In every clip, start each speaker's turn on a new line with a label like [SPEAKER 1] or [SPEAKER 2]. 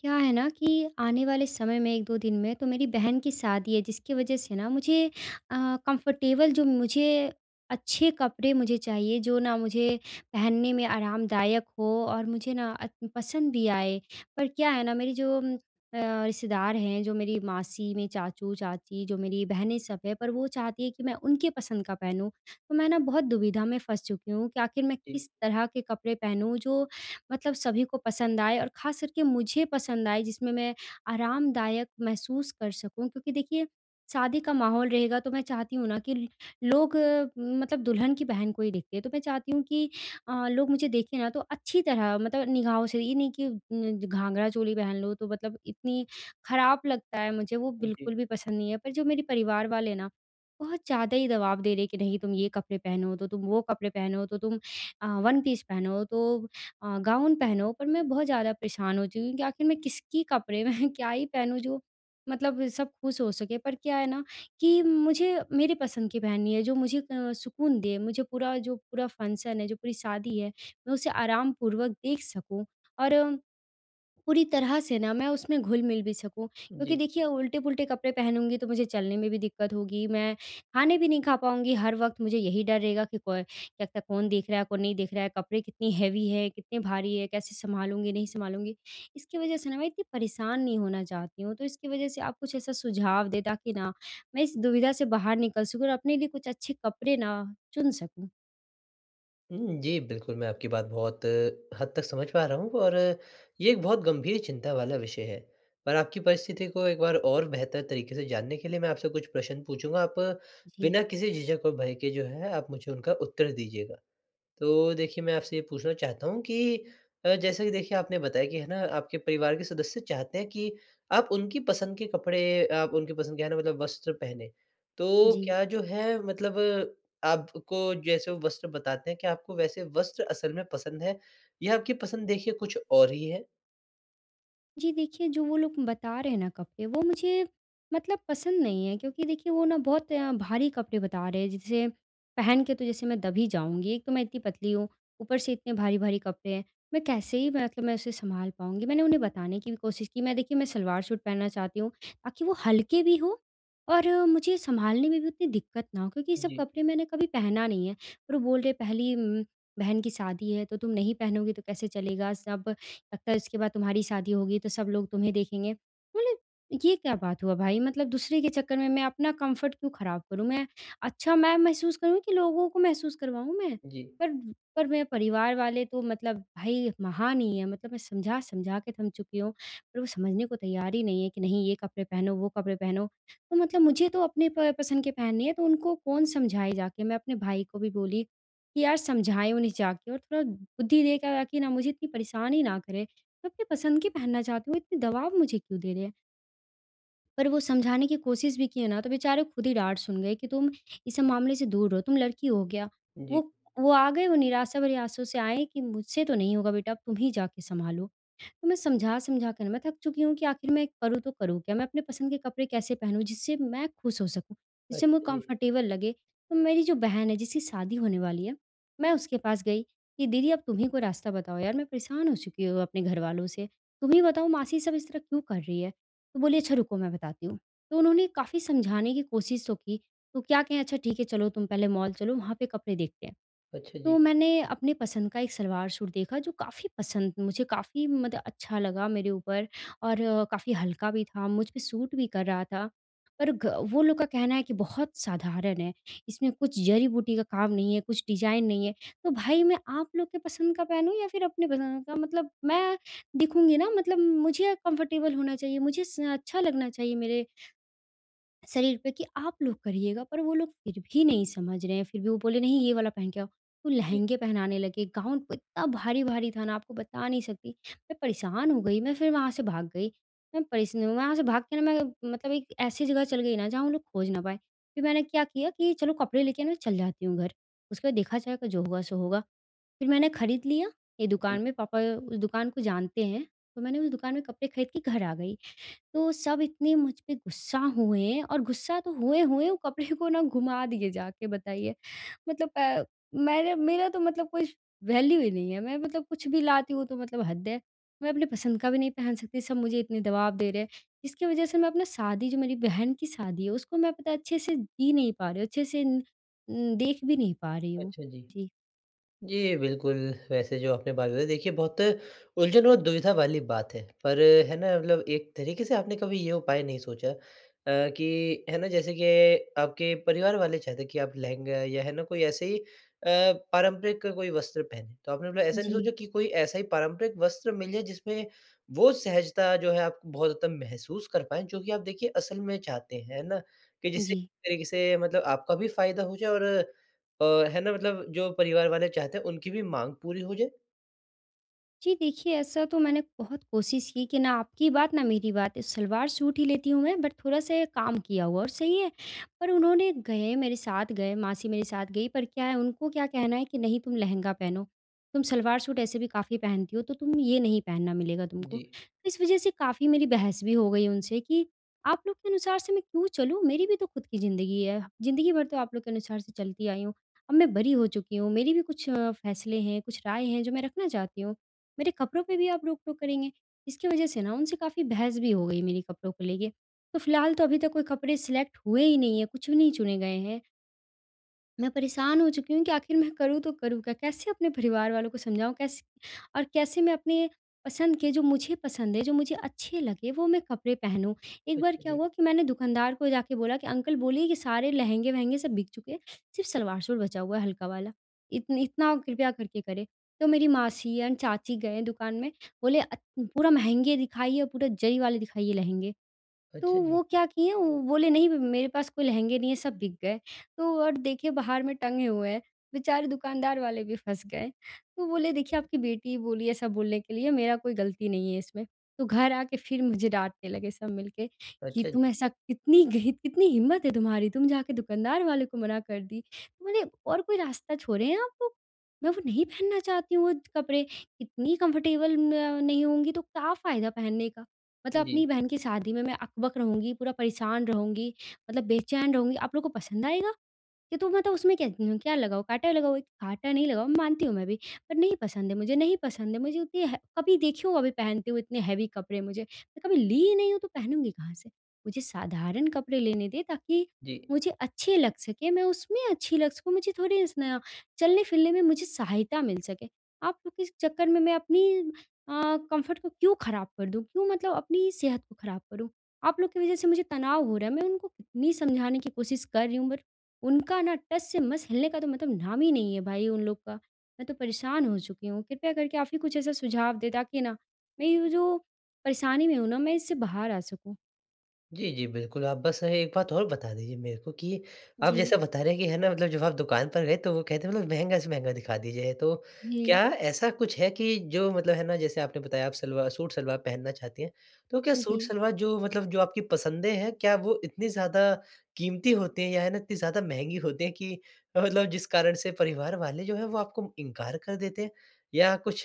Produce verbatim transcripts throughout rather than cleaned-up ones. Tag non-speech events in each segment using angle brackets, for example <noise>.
[SPEAKER 1] क्या है ना कि आने वाले समय में एक दो दिन में तो मेरी बहन की शादी है, जिसकी वजह से ना मुझे अ, कंफर्टेबल जो मुझे अच्छे कपड़े मुझे चाहिए जो ना मुझे पहनने में आरामदायक हो और मुझे ना अ, पसंद भी आए। पर क्या है ना, मेरी जो उम, अ, रिश्तेदार हैं, जो मेरी मासी, मेरे चाचू, चाची, जो मेरी बहनें सब हैं, पर वो चाहती है कि मैं उनके पसंद का पहनूँ। तो मैं ना बहुत दुविधा में फँस चुकी हूँ कि आखिर मैं
[SPEAKER 2] जी,
[SPEAKER 1] किस तरह के कपड़े पहनूँ जो मतलब सभी को पसंद आए और ख़ास करके मुझे पसंद आए, जिसमें मैं आरामदायक महसूस कर सकूँ। क्योंकि देखिए, शादी का माहौल रहेगा तो मैं चाहती हूँ ना कि ल लोग अ, मतलब दुल्हन की बहन को ही देखते हैं। तो मैं चाहती हूँ कि अ, लोग मुझे देखें ना तो अच्छी तरह, मतलब निगाहों से, ये नहीं कि न घाघरा-चोली पहन लो तो मतलब इतनी ख़राब लगता है मुझे, वो बिल्कुल
[SPEAKER 2] जी,
[SPEAKER 1] भी पसंद नहीं है। पर जो मेरे परिवार वाले ना, बहुत ज़्यादा ही दबाव दे रहे हैं कि नहीं तुम ये कपड़े पहनो, तो तुम वो कपड़े पहनो, तो तुम अ, वन पीस पहनो, तो अ, गाउन पहनो। पर मैं बहुत ज़्यादा परेशान हो चुकी हूँ कि आखिर मैं किसकी कपड़े में <laughs> क्या ही पहनूँ जो मतलब सब खुश हो सके। पर क्या है ना कि मुझे मेरे पसंद की पहननी है, जो मुझे अ, सुकून दे, मुझे पूरा जो पूरा फंक्शन है, जो पूरी शादी है, मैं उसे आराम पूर्वक देख सकूँ और पूरी तरह से ना मैं उसमें घुल-मिल भी सकूँ। क्योंकि
[SPEAKER 2] जी।
[SPEAKER 1] देखिए, उल्टे-पुल्टे कपड़े पहनूँगी तो मुझे चलने में भी दिक्कत होगी, मैं खाने भी नहीं खा पाऊँगी, हर वक़्त मुझे यही डर रहेगा कि कोई क्या पता कौन देख रहा है, कौन नहीं देख रहा है, कपड़े कितनी हेवी है, कितने भारी है, कैसे सँभालूँगी, नहीं सँभालूँगी। इसकी वजह से ना मैं इतनी परेशान नहीं होना चाहती हूँ, तो इसकी वजह से आप कुछ ऐसा सुझाव दें ताकि ना मैं इस दुविधा से बाहर निकल सकूँ और अपने लिए कुछ अच्छे कपड़े ना चुन सकूँ।
[SPEAKER 2] हुँ, जी, बिल्कुल, मैं आपकी बात बहुत अ, हद तक समझ पा रहा हूँ और अ, ये एक बहुत गंभीर चिंता वाला विषय है। पर आपकी परिस्थिति को एक बार और बेहतर तरीके से जानने के लिए मैं आपसे कुछ प्रश्न पूछूँगा, आप अ,
[SPEAKER 1] जी।
[SPEAKER 2] बिना किसी झिझक और भय के जो है, आप मुझे उनका उत्तर दीजिएगा। तो देखिए, मैं आपसे ये पूछना चाहता हूँ कि अ, जैसा कि देखिए आपने बताया कि है ना, आपके परिवार के सदस्य चाहते हैं कि आप उनकी पसंद के कपड़े, आप उनकी पसंद के है ना मतलब वस्त्र पहने। तो
[SPEAKER 1] जी।
[SPEAKER 2] क्या जो है मतलब आपको जैसे वो वस्त्र बताते हैं, क्या आपको वैसे वस्त्र असल में पसंद है या आपकी पसंद देखिए कुछ और ही है?
[SPEAKER 1] जी, देखिए, जो वो लोग बता रहे हैं ना कपड़े, वो मुझे मतलब पसंद नहीं है, क्योंकि देखिए वो ना बहुत अ, भारी कपड़े बता रहे हैं जिसे पहन के तो जैसे मैं दब ही जाऊँगी। एक तो मैं इतनी पतली हूँ, ऊपर से इतने भारी-भारी कपड़े हैं। मैं कैसे ही, मतलब मैं उसे सँभाल पाऊँगी? मैंने उन्हें बताने की भी कोशिश की। मैं देखिए, मैं सलवार सूट पहनना चाहती हूँ ताकि वो हल्के भी हों और अ, मुझे सँभालने में भी उतनी दिक्कत ना हो, क्योंकि ये सब
[SPEAKER 2] जी,
[SPEAKER 1] कपड़े मैंने कभी पहना नहीं है। पर वो बोल रहे, पहली उम, बहन की शादी है तो तुम नहीं पहनोगी तो कैसे चलेगा? सब लगता है इसके बाद तुम्हारी शादी होगी तो सब लोग तुम्हें देखेंगे। बोले, ये क्या बात हुआ भाई, मतलब दूसरे के चक्कर में मैं अपना कम्फ़र्ट क्यों ख़राब करूँ? मैं अच्छा मैं महसूस करूँ कि लोगों को महसूस करवाऊँ मैं?
[SPEAKER 2] जी,
[SPEAKER 1] पर पर मेरे परिवार वाले तो मतलब भाई महान ही है, मतलब मैं समझा-समझा के थम चुकी हूँ, पर वो समझने को तैयार ही नहीं है कि नहीं ये कपड़े पहनो, वो कपड़े पहनो। तो मतलब मुझे तो अपने प पसंद के पहनने हैं, तो उनको कौन समझाए जाके? मैं अपने भाई को भी बोली कि यार, समझाएँ उन्हें जाके और थोड़ा बुद्धि दे के ताकि ना मुझे इतनी परेशान ही ना करें। मैं अपनी पसंद की पहनना चाहती हूँ, इतने दबाव मुझे क्यों दे रहे हैं? पर वो समझाने की कोशिश भी किए ना तो बेचारे खुद ही डाँट सुन गए कि तुम इस मामले से दूर रहो, तुम लड़की हो क्या?
[SPEAKER 2] जी।
[SPEAKER 1] वो वो आ गए, वो निराशा भरी आँसू से आए कि मुझसे तो नहीं होगा बेटा, अब तुम ही जाके सँभालो। तो मैं समझा-समझा कर मैं थक चुकी हूँ कि आखिर मैं करूँ तो करूँ क्या? मैं अपने पसंद के कपड़े कैसे पहनूँ जिससे मैं खुश हो सकूँ, जिससे मुझे
[SPEAKER 2] अच्छा जी।
[SPEAKER 1] कंफर्टेबल लगे? तो मेरी जो बहन है, जिसकी शादी होने वाली है, मैं उसके पास गई कि दीदी, अब तुम ही कोई रास्ता बताओ यार, मैं परेशान हो चुकी हूँ अपने घरवालों से। तुम ही बताओ मासी, सब इस तरह क्यों कर रही है? तो बोली, अच्छा रुको मैं बताती हूँ। तो उन्होंने काफ़ी समझाने की कोशिश तो की, तो क्या कहें, अच्छा ठीक है चलो तुम पहले मॉल चलो, वहाँ पे कपड़े देखते हैं।
[SPEAKER 2] अच्छा जी।
[SPEAKER 1] तो मैंने अपने पसंद का एक सलवार सूट देखा जो काफ़ी पसंद, मुझे काफ़ी मतलब अच्छा लगा मेरे ऊपर और काफ़ी हल्का भी था, मुझ पे सूट भी कर रहा था। पर घ वो लोग का कहना है कि बहुत साधारण है, इसमें कुछ जड़ी-बूटी का काम नहीं है, कुछ डिज़ाइन नहीं है। तो भाई, मैं आप लोग के पसंद का पहनूँ या फिर अपने पसंद का? मतलब मैं दिखूँगी ना, मतलब मुझे कंफर्टेबल होना चाहिए, मुझे स अच्छा लगना चाहिए मेरे शरीर पे, कि आप लोग करिएगा, पर वो लोग फिर भी नहीं समझ रहे हैं, फिर भी वो बोले नहीं ये वाला पहन के आओ। तो
[SPEAKER 2] जी,
[SPEAKER 1] लहंगे पहनाने लगे, गाउन इतना भारी-भारी था ना आपको बता नहीं सकती। मैं परेशान हो गई, मैं फिर वहाँ से भाग गई। मैं परेश वहाँ से भाग के ना मैं मतलब एक ऐसी जगह चल गई ना जहाँ वो लोग खोज ना पाएँ। फिर मैंने क्या किया कि चलो कपड़े लेके मैं चल जाती हूँ घर। उसके बाद देखा जाएगा, जो होगा सो होगा। फिर मैंने खरीद लिया, ये
[SPEAKER 2] जी।
[SPEAKER 1] दुकान में पापा उस दुकान को जानते हैं, तो मैंने उस दुकान में कपड़े खरीद के घर आ गई। तो सब इतने मुझ पे गुस्सा हुए, और गुस्सा तो हुए हुए वो कपड़े को ना घुमा दिए जाके बताइए। मतलब अ, मैंने मेरा तो मतलब कोई वैल्यू ही नहीं है। मैं मतलब कुछ भी लाती हूँ तो मतलब हद है। मैं अपनी पसंद का भी नहीं पहन सकती, सब मुझे इतने दबाव दे रहे हैं। जिसकी वज़ह से मैं अपना शादी, जो मेरी बहन की शादी है, उसको मैं पता है अच्छे से जी नहीं पा रही हूँ, अच्छे से न न देख भी नहीं पा रही हूँ।
[SPEAKER 2] अच्छा जी।
[SPEAKER 1] जी।
[SPEAKER 2] जी, बिल्कुल, वैसे जो आपने बात बताई देखिए बहुत उलझन और दुविधा वाली बात है। पर है ना मतलब एक तरीके से आपने कभी ये उपाय नहीं सोचा, अ, कि है ना जैसे कि आपके परिवार वाले चाहते कि आप लहंगा या है ना कोई ऐसे ही अ, पारंपरिक कोई वस्त्र पहने। तो आपने मतलब ऐसा नहीं
[SPEAKER 1] जी।
[SPEAKER 2] सोचा कि कोई ऐसा ही पारंपरिक वस्त्र मिल जाए जिसमें वो सहजता जो है आप बहुत ज़्यादा महसूस कर पाएँ जो कि आप देखिए असल में चाहते हैं, है ना? कि जिससे
[SPEAKER 1] जी।
[SPEAKER 2] एक तरीके से मतलब आपका भी फ़ायदा हो जाए और अ, है ना मतलब जो परिवार वाले चाहते हैं उनकी भी माँग पूरी हो जाए?
[SPEAKER 1] जी, देखिए, ऐसा तो मैंने बहुत कोशिश की कि ना आपकी बात ना मेरी बात, इस सलवार सूट ही लेती हूँ मैं, बट थोड़ा-सा काम किया हुआ और सही है। पर उन्होंने गए, मेरे साथ गए, मासी मेरे साथ गई, पर क्या है उनको, क्या कहना है कि नहीं तुम लहंगा पहनो, तुम सलवार सूट ऐसे भी काफ़ी पहनती हो तो तुम ये नहीं पहनना मिलेगा तुमको।
[SPEAKER 2] जी।
[SPEAKER 1] तो इस वज़ह से काफ़ी मेरी बहस भी हो गई उनसे कि आप लोग के अनुसार से मैं क्यों चलूँ? मेरी भी तो खुद की ज़िंदगी है, ज़िंदगी भर तो आप लोग के अनुसार से चलती आई हूँ। अब मैं बड़ी हो चुकी हूँ, मेरी भी कुछ अ, फैसले हैं, कुछ राय हैं जो मैं रखना चाहती हूँ। मेरे कपड़ों पे भी आप रोक-टोक करेंगे। इसकी वजह से ना उनसे काफ़ी बहस भी हो गई मेरी कपड़ों को लेके। तो फिलहाल तो अभी तक कोई कपड़े सिलेक्ट हुए ही नहीं है, कुछ भी नहीं चुने गए हैं। मैं परेशान हो चुकी हूँ कि आखिर मैं करूँ तो करूँ क्या? कैसे अपने परिवार वालों को समझाऊँ? कैसे, और कैसे मैं अपने पसंद के, जो मुझे पसंद है, जो मुझे अच्छे लगे, वो मैं कपड़े पहनूँ। एक बार
[SPEAKER 2] अच्छा
[SPEAKER 1] क्या
[SPEAKER 2] जी।
[SPEAKER 1] हुआ कि मैंने दुकानदार को जाके बोला कि अंकल, बोलिए कि सारे लहंगे-वहंगे सब बिक चुके हैं, सिर्फ़ सलवार-सूट बचा हुआ है हल्का वाला। इतन इतना कृपया करके करें। तो मेरी मासी एंड चाची गए दुकान में, बोले अ, पूरा महँगे दिखाइए, पूरा जरी वाले दिखाइए लहंगे। तो
[SPEAKER 2] अच्छा जी।
[SPEAKER 1] वो क्या किए, वो बोले नहीं, मेरे पास कोई लहंगे नहीं है, सब बिक गए। तो और देखे बाहर में टंगे हुए हैं, बेचारे दुकानदार वाले भी फँस गए। तो बोले, देखिए आपकी बेटी बोली ऐसा बोलने के लिए, मेरा कोई गलती नहीं है इसमें। तो घर आके फिर मुझे डाँटने लगे सब मिलके कि
[SPEAKER 2] अच्छा
[SPEAKER 1] तुम
[SPEAKER 2] जी।
[SPEAKER 1] ऐसा कितनी गही कितनी हिम्मत है तुम्हारी, तुम जाके दुकानदार वाले को मना कर दी। तो बोले और कोई रास्ता छोड़े हैं आप लोग? मैं वो नहीं पहनना चाहती हूँ वो कपड़े, इतनी कम्फर्टेबल मैं नहीं होंगी तो क्या फ़ायदा पहनने का? मतलब
[SPEAKER 2] जी,
[SPEAKER 1] अपनी बहन की शादी में मैं अकबक रहूँगी, पूरा परेशान रहूँगी, मतलब बेचैन रहूँगी। आप लोग को पसंद आएगा? कि तुम मतलब उसमें क्या क्या लगाओ, काँटा लगाओ? काँटा नहीं लगाओ, मानती हूँ मैं भी, पर नहीं पसंद है मुझे, नहीं पसंद है मुझे उतनी, है कभी देखी हो अभी पहनते हुए इतने हेवी कपड़े मुझे, मैं कभी ली ही नहीं हूँ तो पहनूँगी कहाँ से? मुझे साधारण कपड़े लेने दें ताकि
[SPEAKER 2] जी।
[SPEAKER 1] मुझे अच्छे लग सकें, मैं उसमें अच्छी लग सकूँ, मुझे थोड़ी इस ना चलने-फिरने में मुझे सहायता मिल सके। आप लोग के इस चक्कर में मैं अपनी अ, कंफर्ट को क्यों ख़राब कर दूँ? क्यों मतलब अपनी सेहत को ख़राब करूँ? आप लोग की वज़ह से मुझे तनाव हो रहा है, मैं उनको कितनी समझाने की कोशिश कर रही हूँ बट उनका ना टस से मस हिलने का तो मतलब नाम ही नहीं है भाई उन लोग का। मैं तो परेशान हो चुकी हूँ। कृपया करके आप ही कुछ ऐसा सुझाव दें ताकि ना मैं ये जो परेशानी में हूँ ना, मैं इससे बाहर आ सकूँ।
[SPEAKER 2] जी, जी, बिल्कुल, आप बस एक बात और बता दीजिए मेरे को कि आप
[SPEAKER 1] जी।
[SPEAKER 2] जैसा बता रहे हैं कि है ना मतलब जब आप दुकान पर गए तो वो कहते हैं मतलब महँगा से महँगा दिखा दीजिए। तो
[SPEAKER 1] जी।
[SPEAKER 2] क्या ऐसा कुछ है कि जो मतलब है ना जैसे आपने बताया आप सलवार सूट-सलवार पहनना चाहती हैं। तो क्या
[SPEAKER 1] जी।
[SPEAKER 2] सूट-सलवार जो मतलब जो आपकी पसंदें हैं क्या वो इतनी ज़्यादा कीमती होती हैं या है ना इतनी ज़्यादा महँगी होती हैं कि मतलब जिस कारण से परिवार वाले जो हैं वो आपको इनकार कर देते हैं? या कुछ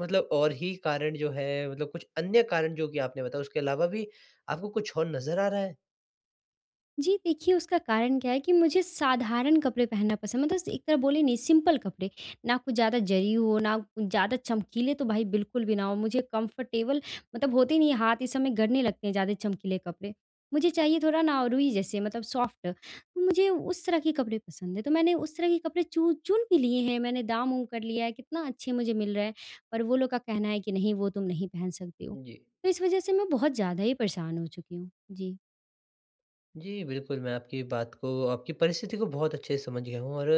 [SPEAKER 2] मतलब और ही कारण जो है मतलब कुछ अन्य कारण जो कि आपने बताया उसके अलावा भी आपको कुछ और नज़र आ रहा है?
[SPEAKER 1] जी, देखिए, उसका कारण क्या है कि मुझे साधारण कपड़े पहनना पसंद है, मतलब एक तरह बोले नहीं, सिंपल कपड़े। ना कुछ ज़्यादा जरी हो, ना कुछ ज़्यादा चमकीले तो भाई बिल्कुल भी ना हो। मुझे कंफर्टेबल मतलब होते नहीं है, हाथ इस समय गड़ने लगते हैं ज़्यादा चमकीले कपड़े। मुझे चाहिए थोड़ा ना रुई जैसे, मतलब सॉफ्ट। तो मुझे उस तरह के कपड़े पसंद है, तो मैंने उस तरह के कपड़े चू चुन भी लिए हैं। मैंने दाम-उम कर लिया है, कितना अच्छे मुझे मिल रहे हैं। पर वो लोग का कहना है कि नहीं वो तुम नहीं पहन सकती हो।
[SPEAKER 2] जी।
[SPEAKER 1] तो इस वज़ह से मैं बहुत ज़्यादा ही परेशान हो चुकी हूँ। जी,
[SPEAKER 2] जी, बिल्कुल, मैं आपकी बात को आपकी परिस्थिति को बहुत अच्छे से समझ गया हूँ और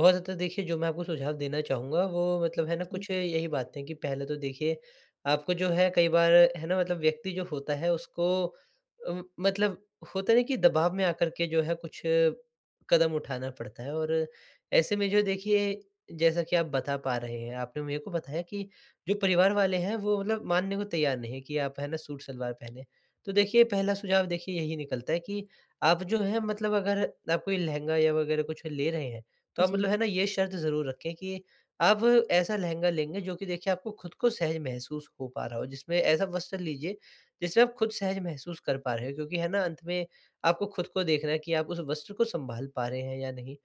[SPEAKER 2] बहुत हद तक देखिए जो मैं आपको सुझाव देना चाहूँगा वो मतलब है ना
[SPEAKER 1] जी,
[SPEAKER 2] कुछ यही बातें हैं कि पहले तो देखिए आपको जो है कई बार है ना मतलब व्यक्ति जो होता है उसको अ, मतलब होता है ना कि दबाव में आकर के जो है कुछ कदम उठाना पड़ता है, और ऐसे में जो देखिए जैसा कि आप बता पा रहे हैं, आपने मेरे को बताया कि जो परिवार वाले हैं वो मतलब मानने को तैयार नहीं है कि आप है ना सूट-सलवार पहने। तो देखिए, पहला सुझाव देखिए यही निकलता है कि आप जो है मतलब अगर आप कोई लहंगा या वगैरह कुछ ले रहे हैं, तो आप
[SPEAKER 1] जी।
[SPEAKER 2] मतलब है ना ये शर्त ज़रूर रखें कि आप ऐसा लहंगा लेंगे जो कि देखिए आपको खुद को सहज महसूस हो पा रहा हो। जिसमें ऐसा वस्त्र लीजिए जिसमें आप खुद सहज महसूस कर पा रहे हो, क्योंकि है ना अंत में आपको खुद को देखना है कि आप उस वस्त्र को सँभाल पा रहे हैं या नहीं।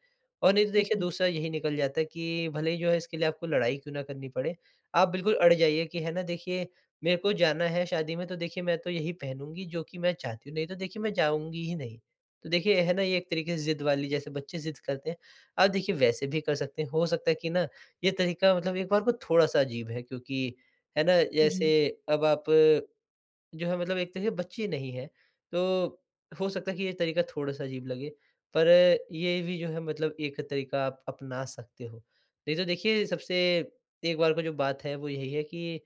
[SPEAKER 2] और नहीं तो देखिए
[SPEAKER 1] जी,
[SPEAKER 2] दूसरा यही निकल जाता है कि भले ही जो है इसके लिए आपको लड़ाई क्यों ना करनी पड़े, आप बिल्कुल अड़ जाइए कि है ना देखिए मेरे को जाना है शादी में, तो देखिए मैं तो यही पहनूँगी जो कि मैं चाहती हूँ, नहीं तो देखिए मैं जाऊँगी ही नहीं। तो देखिए, है ना, ये एक तरीके से ज़िद वाली जैसे बच्चे ज़िद करते हैं, आप देखिए वैसे भी कर सकते हैं। हो सकता है कि ना ये तरीका मतलब एक बार को थोड़ा-सा अजीब है, क्योंकि है ना,
[SPEAKER 1] जी,
[SPEAKER 2] जैसे अब आप जो है मतलब एक तरह से बच्चे नहीं हैं, तो हो सकता है कि ये तरीका थोड़ा-सा अजीब लगे, पर ये भी जो है मतलब एक तरीका आप अपना सकते हो। नहीं तो देखिए सबसे एक बार को जो बात है वो यही है कि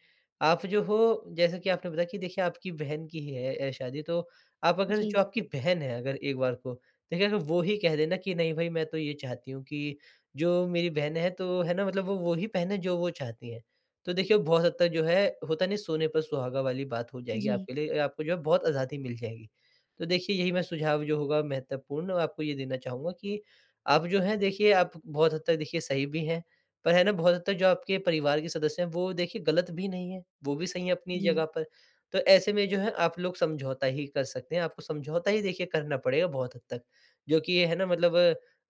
[SPEAKER 2] आप जो हो जैसा कि आपने बताया कि देखिए आपकी बहन की ही है अ, शादी, तो आप अगर
[SPEAKER 1] जी,
[SPEAKER 2] जो आपकी बहन है, अगर एक बार को देखिए अगर वो ही कह देना कि नहीं भाई मैं तो ये चाहती हूँ कि जो मेरी बहन है तो है ना मतलब वो वो ही पहने जो वो चाहती हैं। तो देखिए, वो बहुत हद तक जो है होता नहीं, सोने पर सुहागा वाली बात हो जाएगी
[SPEAKER 1] जी,
[SPEAKER 2] आपके लिए, आपको जो है बहुत आज़ादी मिल जाएगी। तो देखिए यही मैं सुझाव जो होगा महत्वपूर्ण आपको ये देना चाहूँगा कि आप जो हैं देखिए आप बहुत हद तक देखिए सही भी हैं, पर है ना बहुत हद तक जो आपके परिवार के सदस्य हैं वो देखिए गलत भी नहीं है, वो भी सही है अपनी
[SPEAKER 1] जी,
[SPEAKER 2] जगह पर। तो ऐसे में जो है आप लोग समझौता ही कर सकते हैं, आपको समझौता ही देखिए करना पड़ेगा बहुत हद तक, जो कि ये है ना मतलब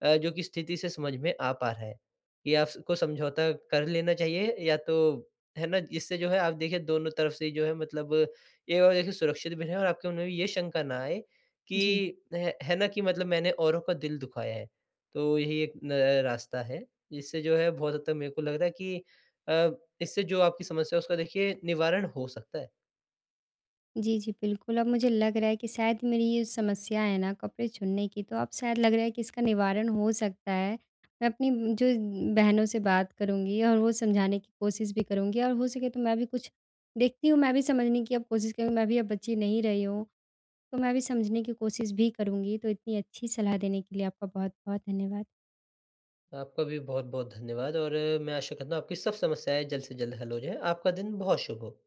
[SPEAKER 2] अ, जो कि स्थिति से समझ में आ पा रहा है। ये आपको समझौता कर लेना चाहिए या तो, है ना? इससे जो है आप देखिए दोनों तरफ से जो है मतलब ये, और देखिए सुरक्षित भी रहें और आपके मन में भी ये शंका ना आए
[SPEAKER 1] जी,
[SPEAKER 2] कि है है ना कि मतलब मैंने औरों का दिल दुखाया है। तो यही एक न रास्ता है। इससे जो है बहुत हद तक मेरे को लग रहा है कि अ, इससे जो आपकी समस्या है उसका देखिए निवारण हो सकता है।
[SPEAKER 1] जी, जी, बिल्कुल। अब मुझे लग रहा है कि शायद मेरी ये समस्या है ना कपड़े चुनने की, तो अब शायद लग रहा है कि इसका निवारण हो सकता है। मैं अपनी जो बहनों से बात करूँगी और वो समझाने की कोशिश भी करूँगी, और हो सके तो मैं भी कुछ देखती हूँ, मैं भी समझने की अब कोशिश करूँगी, मैं भी अब बच्ची नहीं रही हूँ, तो मैं भी समझने की कोशिश भी करूँगी। तो इतनी अच्छी सलाह देने के लिए आपका बहुत-बहुत धन्यवाद।
[SPEAKER 2] आपका भी बहुत-बहुत धन्यवाद और अ, मैं आशा करता हूँ आपकी सब समस्याएँ जल्द से जल्द हल हो जाएँ। आपका दिन बहुत शुभ हो।